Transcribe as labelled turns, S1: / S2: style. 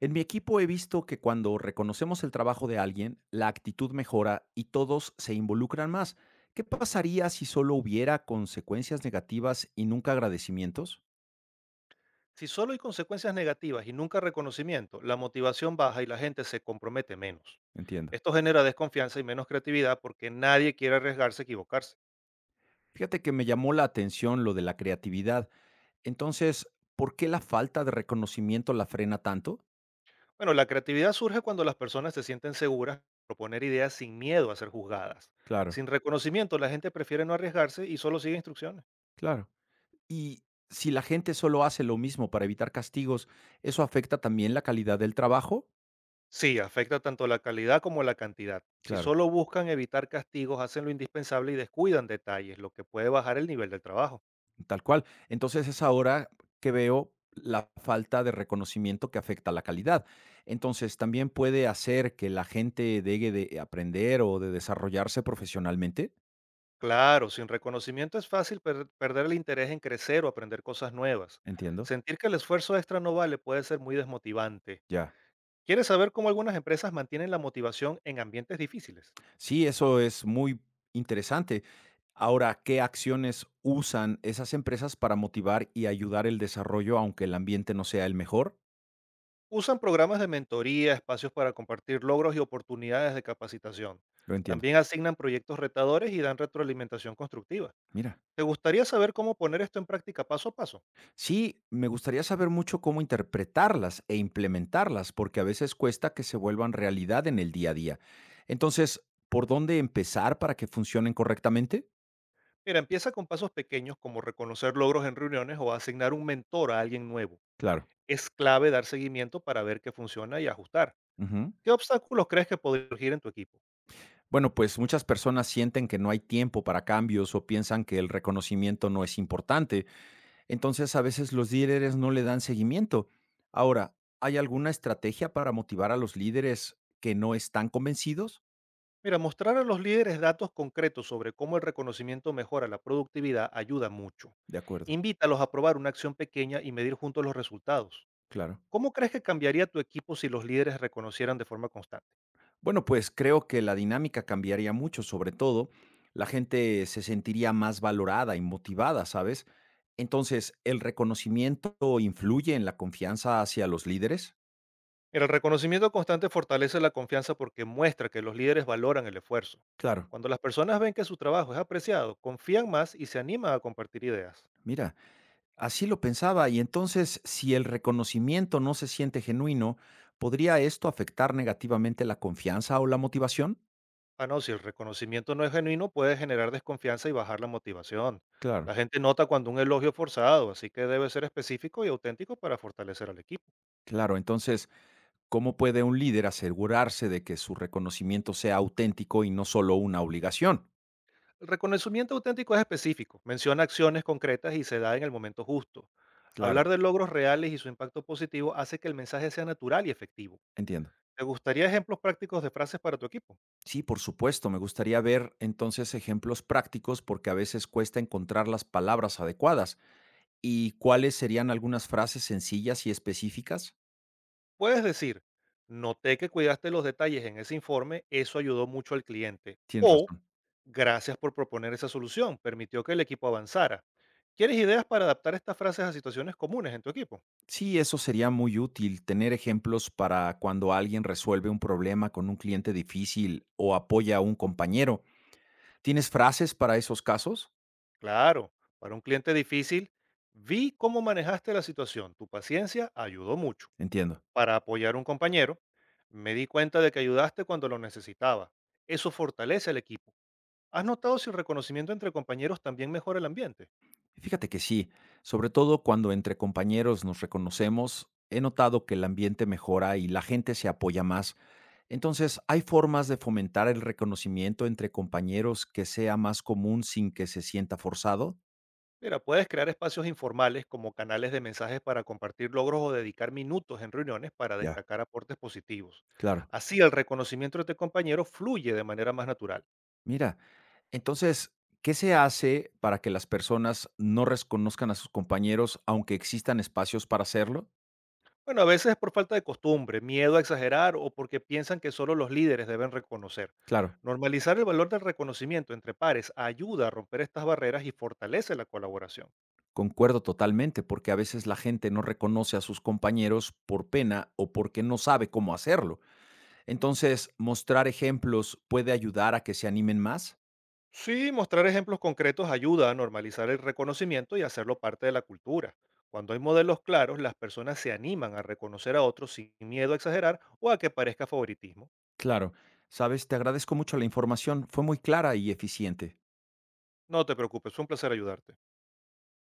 S1: En mi equipo he visto que cuando reconocemos el trabajo de alguien, la actitud mejora y todos se involucran más. ¿Qué pasaría si solo hubiera consecuencias negativas y nunca agradecimientos?
S2: Si solo hay consecuencias negativas y nunca reconocimiento, la motivación baja y la gente se compromete menos.
S1: Entiendo.
S2: Esto genera desconfianza y menos creatividad porque nadie quiere arriesgarse a equivocarse.
S1: Fíjate que me llamó la atención lo de la creatividad. Entonces, ¿por qué la falta de reconocimiento la frena tanto?
S2: Bueno, la creatividad surge cuando las personas se sienten seguras, proponer ideas sin miedo a ser juzgadas.
S1: Claro,
S2: Sin reconocimiento, la gente prefiere no arriesgarse y solo sigue instrucciones.
S1: claro. Y si la gente solo hace lo mismo para evitar castigos, ¿eso afecta también la calidad del trabajo?
S2: Sí, afecta tanto la calidad como la cantidad. Si
S1: Claro.
S2: solo buscan evitar castigos, hacen lo indispensable y descuidan detalles, lo que puede bajar el nivel del trabajo.
S1: Tal cual. Entonces es ahora que veo la falta de reconocimiento que afecta a la calidad. Entonces, también puede hacer que la gente deje de aprender o de desarrollarse profesionalmente.
S2: Claro, sin reconocimiento es fácil perder el interés en crecer o aprender cosas nuevas.
S1: Entiendo.
S2: Sentir que el esfuerzo extra no vale puede ser muy desmotivante.
S1: Ya.
S2: ¿Quieres saber cómo algunas empresas mantienen la motivación en ambientes difíciles?
S1: Sí, eso es muy interesante. Ahora, ¿qué acciones usan esas empresas para motivar y ayudar el desarrollo, aunque el ambiente no sea el mejor?
S2: Usan programas de mentoría, espacios para compartir logros y oportunidades de capacitación.
S1: Lo entiendo.
S2: También asignan proyectos retadores y dan retroalimentación constructiva.
S1: Mira.
S2: ¿Te gustaría saber cómo poner esto en práctica paso a paso?
S1: Sí, me gustaría saber mucho cómo interpretarlas e implementarlas, porque a veces cuesta que se vuelvan realidad en el día a día. Entonces, ¿por dónde empezar para que funcionen correctamente?
S2: Mira, empieza con pasos pequeños como reconocer logros en reuniones o asignar un mentor a alguien nuevo.
S1: Claro.
S2: Es clave dar seguimiento para ver qué funciona y ajustar.
S1: Ujú.
S2: ¿Qué obstáculos crees que podría surgir en tu equipo?
S1: Bueno, pues muchas personas sienten que no hay tiempo para cambios o piensan que el reconocimiento no es importante. Entonces, a veces los líderes no le dan seguimiento. Ahora, ¿hay alguna estrategia para motivar a los líderes que no están convencidos?
S2: Mira, mostrar a los líderes datos concretos sobre cómo el reconocimiento mejora la productividad ayuda mucho.
S1: De acuerdo,
S2: Invítalos a probar una acción pequeña y medir juntos los resultados.
S1: claro.
S2: ¿Cómo crees que cambiaría tu equipo si los líderes reconocieran de forma constante?
S1: Bueno, pues creo que la dinámica cambiaría mucho, sobre todo la gente se sentiría más valorada y motivada, ¿sabes? Entonces, ¿el reconocimiento influye en la confianza hacia los líderes?
S2: Mira, el reconocimiento constante fortalece la confianza porque muestra que los líderes valoran el esfuerzo.
S1: Claro.
S2: Cuando las personas ven que su trabajo es apreciado, confían más y se animan a compartir ideas.
S1: Mira, así lo pensaba y entonces si el reconocimiento no se siente genuino, ¿podría esto afectar negativamente la confianza o la motivación?
S2: Ah, no, si el reconocimiento no es genuino, puede generar desconfianza y bajar la motivación.
S1: Claro.
S2: La gente nota cuando un elogio es forzado, así que debe ser específico y auténtico para fortalecer al equipo.
S1: Claro, entonces, ¿cómo puede un líder asegurarse de que su reconocimiento sea auténtico y no solo una obligación?
S2: El reconocimiento auténtico es específico, menciona acciones concretas y se da en el momento justo.
S1: Claro.
S2: Hablar de logros reales y su impacto positivo hace que el mensaje sea natural y efectivo.
S1: Entiendo.
S2: ¿Te gustaría ejemplos prácticos de frases para tu equipo?
S1: Sí, por supuesto. Me gustaría ver entonces ejemplos prácticos porque a veces cuesta encontrar las palabras adecuadas. ¿Y cuáles serían algunas frases sencillas y específicas?
S2: Puedes decir, noté que cuidaste los detalles en ese informe, eso ayudó mucho al cliente.
S1: Tienes
S2: O
S1: razón.
S2: gracias por proponer esa solución, permitió que el equipo avanzara. ¿Quieres ideas para adaptar estas frases a situaciones comunes en tu equipo?
S1: Sí, eso sería muy útil, tener ejemplos para cuando alguien resuelve un problema con un cliente difícil o apoya a un compañero. ¿Tienes frases para esos casos?
S2: Claro, para un cliente difícil, vi cómo manejaste la situación, tu paciencia ayudó mucho.
S1: Entiendo.
S2: Para apoyar a un compañero, me di cuenta de que ayudaste cuando lo necesitaba. Eso fortalece al equipo. ¿Has notado si el reconocimiento entre compañeros también mejora el ambiente?
S1: Fíjate que sí, sobre todo cuando entre compañeros nos reconocemos, he notado que el ambiente mejora y la gente se apoya más. Entonces, ¿hay formas de fomentar el reconocimiento entre compañeros que sea más común sin que se sienta forzado?
S2: Mira, puedes crear espacios informales como canales de mensajes para compartir logros o dedicar minutos en reuniones para
S1: Ya.
S2: destacar aportes positivos.
S1: Claro.
S2: Así el reconocimiento de tu compañero fluye de manera más natural.
S1: Mira, entonces, ¿qué se hace para que las personas no reconozcan a sus compañeros aunque existan espacios para hacerlo?
S2: Bueno, a veces es por falta de costumbre, miedo a exagerar o porque piensan que solo los líderes deben reconocer.
S1: Claro.
S2: Normalizar el valor del reconocimiento entre pares ayuda a romper estas barreras y fortalece la colaboración.
S1: Concuerdo totalmente, porque a veces la gente no reconoce a sus compañeros por pena o porque no sabe cómo hacerlo. Entonces, mostrar ejemplos puede ayudar a que se animen más.
S2: Sí, mostrar ejemplos concretos ayuda a normalizar el reconocimiento y hacerlo parte de la cultura. Cuando hay modelos claros, las personas se animan a reconocer a otros sin miedo a exagerar o a que parezca favoritismo.
S1: Claro, sabes, te agradezco mucho la información, fue muy clara y eficiente.
S2: No te preocupes, fue un placer ayudarte.